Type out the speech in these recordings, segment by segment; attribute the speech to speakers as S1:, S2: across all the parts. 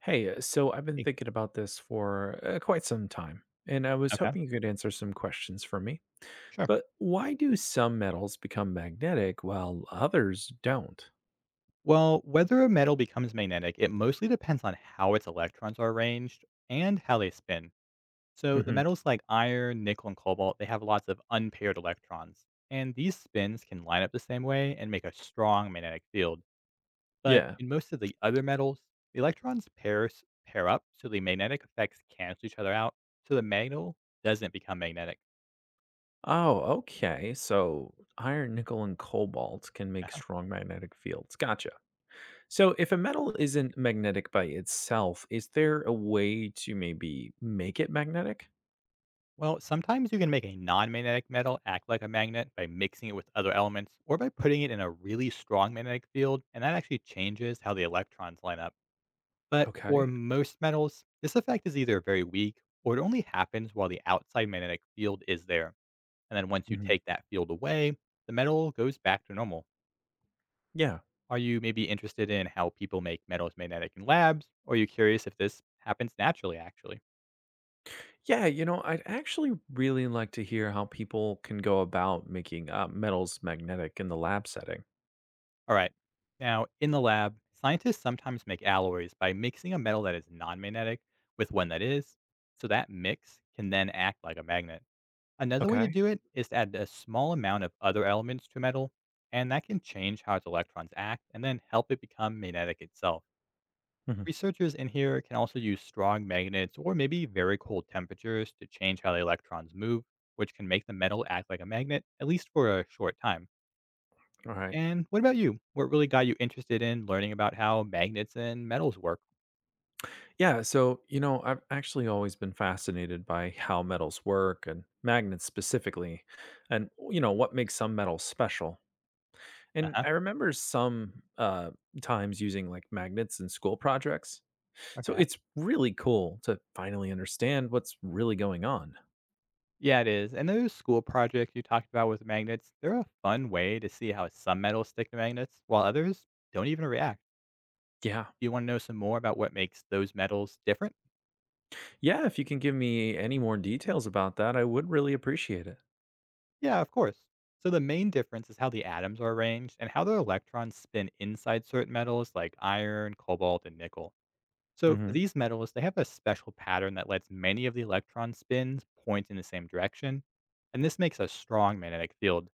S1: Hey, so I've been
S2: E-
S1: thinking about this for quite some time, and I was
S2: Okay,
S1: hoping you could answer some questions for me.
S2: sure.
S1: But why do some metals become magnetic while others don't?
S2: Well, whether a metal becomes magnetic, it mostly depends on how its electrons are arranged and how they spin. So, the
S1: Hmm.
S2: metals like iron, nickel, and cobalt, they have lots of unpaired electrons. And these spins can line up the same way and make a strong magnetic field. But
S1: Yeah.
S2: in most of the other metals, the electrons pairs pair up, so the magnetic effects cancel each other out, so the metal doesn't become magnetic.
S1: Oh, okay. So iron, nickel, and cobalt can make strong magnetic fields. Gotcha. So if a metal isn't magnetic by itself, is there a way to maybe make it magnetic?
S2: Well, sometimes you can make a non magnetic metal act like a magnet by mixing it with other elements or by putting it in a really strong magnetic field, and that actually changes how the electrons line up. But for
S1: Okay.
S2: most metals, this effect is either very weak or it only happens while the outside magnetic field is there. And then once you
S1: hmm
S2: take that field away, the metal goes back to normal.
S1: Yeah.
S2: Are you maybe interested in how people make metals magnetic in labs, or are you curious if this happens naturally, actually?
S1: Yeah, you know, I'd actually really like to hear how people can go about making metals magnetic in the lab setting.
S2: All right. Now, in the lab, scientists sometimes make alloys by mixing a metal that is non magnetic with one that is. So that mix can then act like a magnet. Another way to
S1: Okay.
S2: do it is to add a small amount of other elements to a metal, and that can change how its electrons act and then help it become magnetic itself.
S1: Mhm.
S2: Researchers in here can also use strong magnets or maybe very cold temperatures to change how the electrons move, which can make the metal act like a magnet, at least for a short time.
S1: All right.
S2: And what about you? What really got you interested in learning about how magnets and metals work?
S1: Yeah. So, you know, I've actually always been fascinated by how metals work and magnets specifically, and, you know, what makes some metals special. And
S2: Uh-huh.
S1: I remember some times using like magnets in school projects. So
S2: Okay.
S1: it's really cool to finally understand what's really going on.
S2: Yeah, it is. And those school projects you talked about with magnets, they're a fun way to see how some metals stick to magnets while others don't even react.
S1: Yeah.
S2: Do you want to know some more about what makes those metals different?
S1: Yeah, if you can give me any more details about that, I would really appreciate it.
S2: Yeah, of course. So the main difference is how the atoms are arranged and how their electrons spin inside certain metals like iron, cobalt, and nickel. So for
S1: Hmm.
S2: these metals, they have a special pattern that lets many of the electron spins point in the same direction, and this makes a strong magnetic field.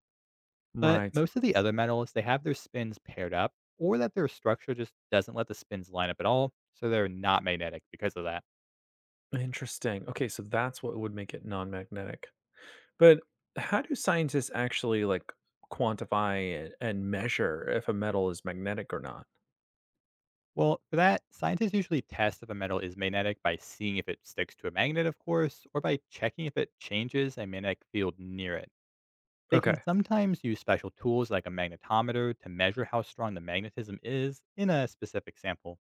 S2: But
S1: Right.
S2: most of the other metals, they have their spins paired up, or that their structure just doesn't let the spins line up at all, so they're not magnetic because of that.
S1: Interesting. Okay, so that's what would make it non-magnetic. But how do scientists actually like quantify and measure if a metal is magnetic or not?
S2: Well, for that, scientists usually test if a metal is magnetic by seeing if it sticks to a magnet, of course, or by checking if it changes a magnetic field near it. They can
S1: Okay.
S2: sometimes use special tools like a magnetometer to measure how strong the magnetism is in a specific sample.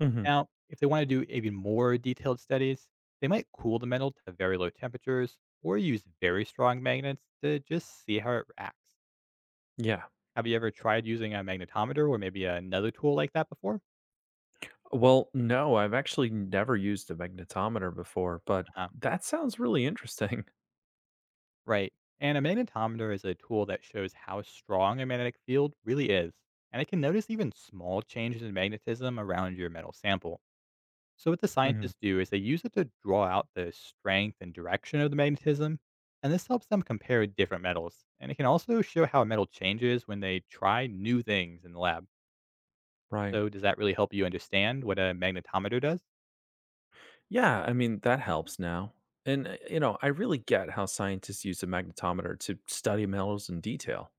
S1: hmm
S2: Now, if they want to do even more detailed studies, they might cool the metal to very low temperatures or use very strong magnets to just see how it reacts.
S1: Yeah.
S2: Have you ever tried using a magnetometer or maybe another tool like that before?
S1: Well, no, I've actually never used a magnetometer before, but
S2: Uh-huh.
S1: that sounds really interesting.
S2: Right. And a magnetometer is a tool that shows how strong a magnetic field really is, and it can notice even small changes in magnetism around your metal sample. So what the
S1: hmm
S2: scientists do is they use it to draw out the strength and direction of the magnetism, and this helps them compare different metals. And it can also show how a metal changes when they try new things in the lab.
S1: Right.
S2: So does that really help you understand what a magnetometer does?
S1: Yeah, I mean, that helps now. And, you know, I really get how scientists use a magnetometer to study metals in detail.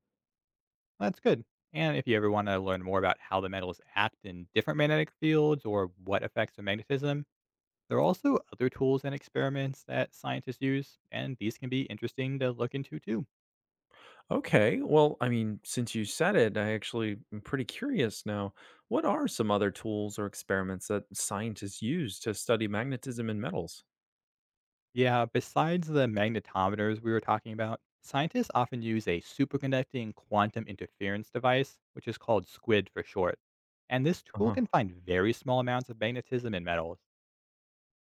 S2: Well, that's good. And if you ever want to learn more about how the metals act in different magnetic fields or what affects the magnetism, there are also other tools and experiments that scientists use, and these can be interesting to look into too.
S1: Okay, well, I mean, since you said it, I actually am pretty curious now. What are some other tools or experiments that scientists use to study magnetism in metals?
S2: Yeah, besides the magnetometers we were talking about, scientists often use a superconducting quantum interference device, which is called SQUID for short. And this
S1: Uh
S2: tool
S1: huh.
S2: can find very small amounts of magnetism in metals.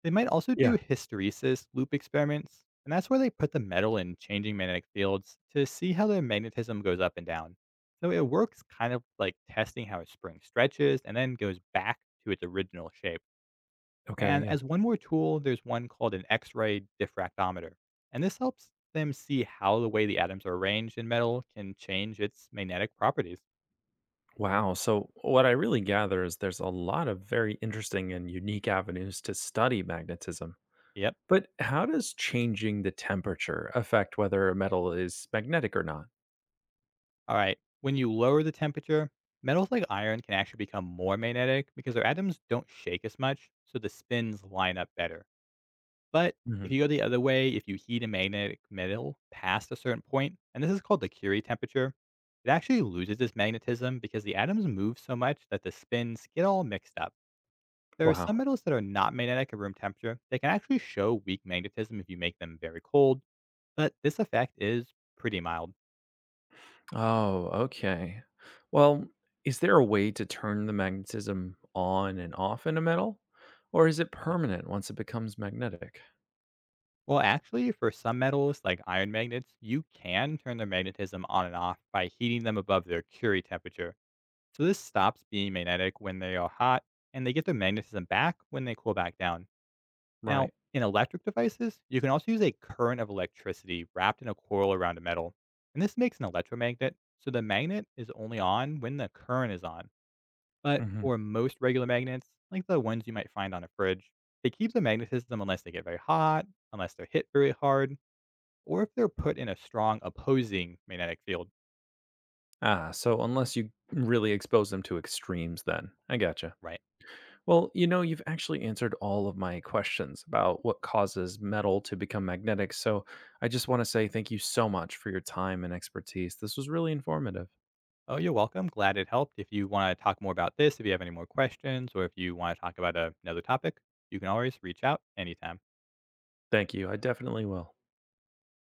S2: They might also
S1: Yeah.
S2: do hysteresis loop experiments, and that's where they put the metal in changing magnetic fields to see how the magnetism goes up and down. So it works kind of like testing how a spring stretches and then goes back to its original shape.
S1: Okay.
S2: And
S1: Yeah.
S2: as one more tool, there's one called an X ray diffractometer. And this helps them see how the way the atoms are arranged in metal can change its magnetic properties.
S1: Wow. So, what I really gather is there's a lot of very interesting and unique avenues to study magnetism.
S2: Yep.
S1: But how does changing the temperature affect whether a metal is magnetic or not?
S2: All right. When you lower the temperature, metals like iron can actually become more magnetic because their atoms don't shake as much, so the spins line up better. But if
S1: Mhm.
S2: you go the other way, if you heat a magnetic metal past a certain point, and this is called the Curie temperature, it actually loses its magnetism because the atoms move so much that the spins get all mixed up. There are some
S1: Wow.
S2: metals that are not magnetic at room temperature that can actually show weak magnetism if you make them very cold, but this effect is pretty mild.
S1: Oh, okay. Well, is there a way to turn the magnetism on and off in a metal? Or is it
S2: Uh-huh.
S1: permanent once it becomes magnetic?
S2: Well, actually, for some metals like iron magnets, you can turn their magnetism on and off by heating them above their Curie temperature. So this stops being magnetic when they are hot, and they get their magnetism back when they cool back down. Now,
S1: Right.
S2: in electric devices, you can also use a current of electricity wrapped in a coil around a metal. And this makes an electromagnet, so the magnet is only on when the current is on. But
S1: hmm
S2: for most regular magnets, like the ones you might find on a fridge, they keep the magnetism unless they get very hot, unless they're hit very hard, or if they're put in a strong opposing magnetic field.
S1: Ah, so unless you really expose them to extremes, then. I gotcha.
S2: Right.
S1: Well, you know, you've actually answered all of my questions about what causes metal to become magnetic. So I just want to say thank you so much for your time and expertise. This was really informative.
S2: Oh, you're welcome. Glad it helped. If you want to talk more about this, if you have any more questions, or if you want to talk about another topic, you can always reach out anytime.
S1: Thank you. I definitely will.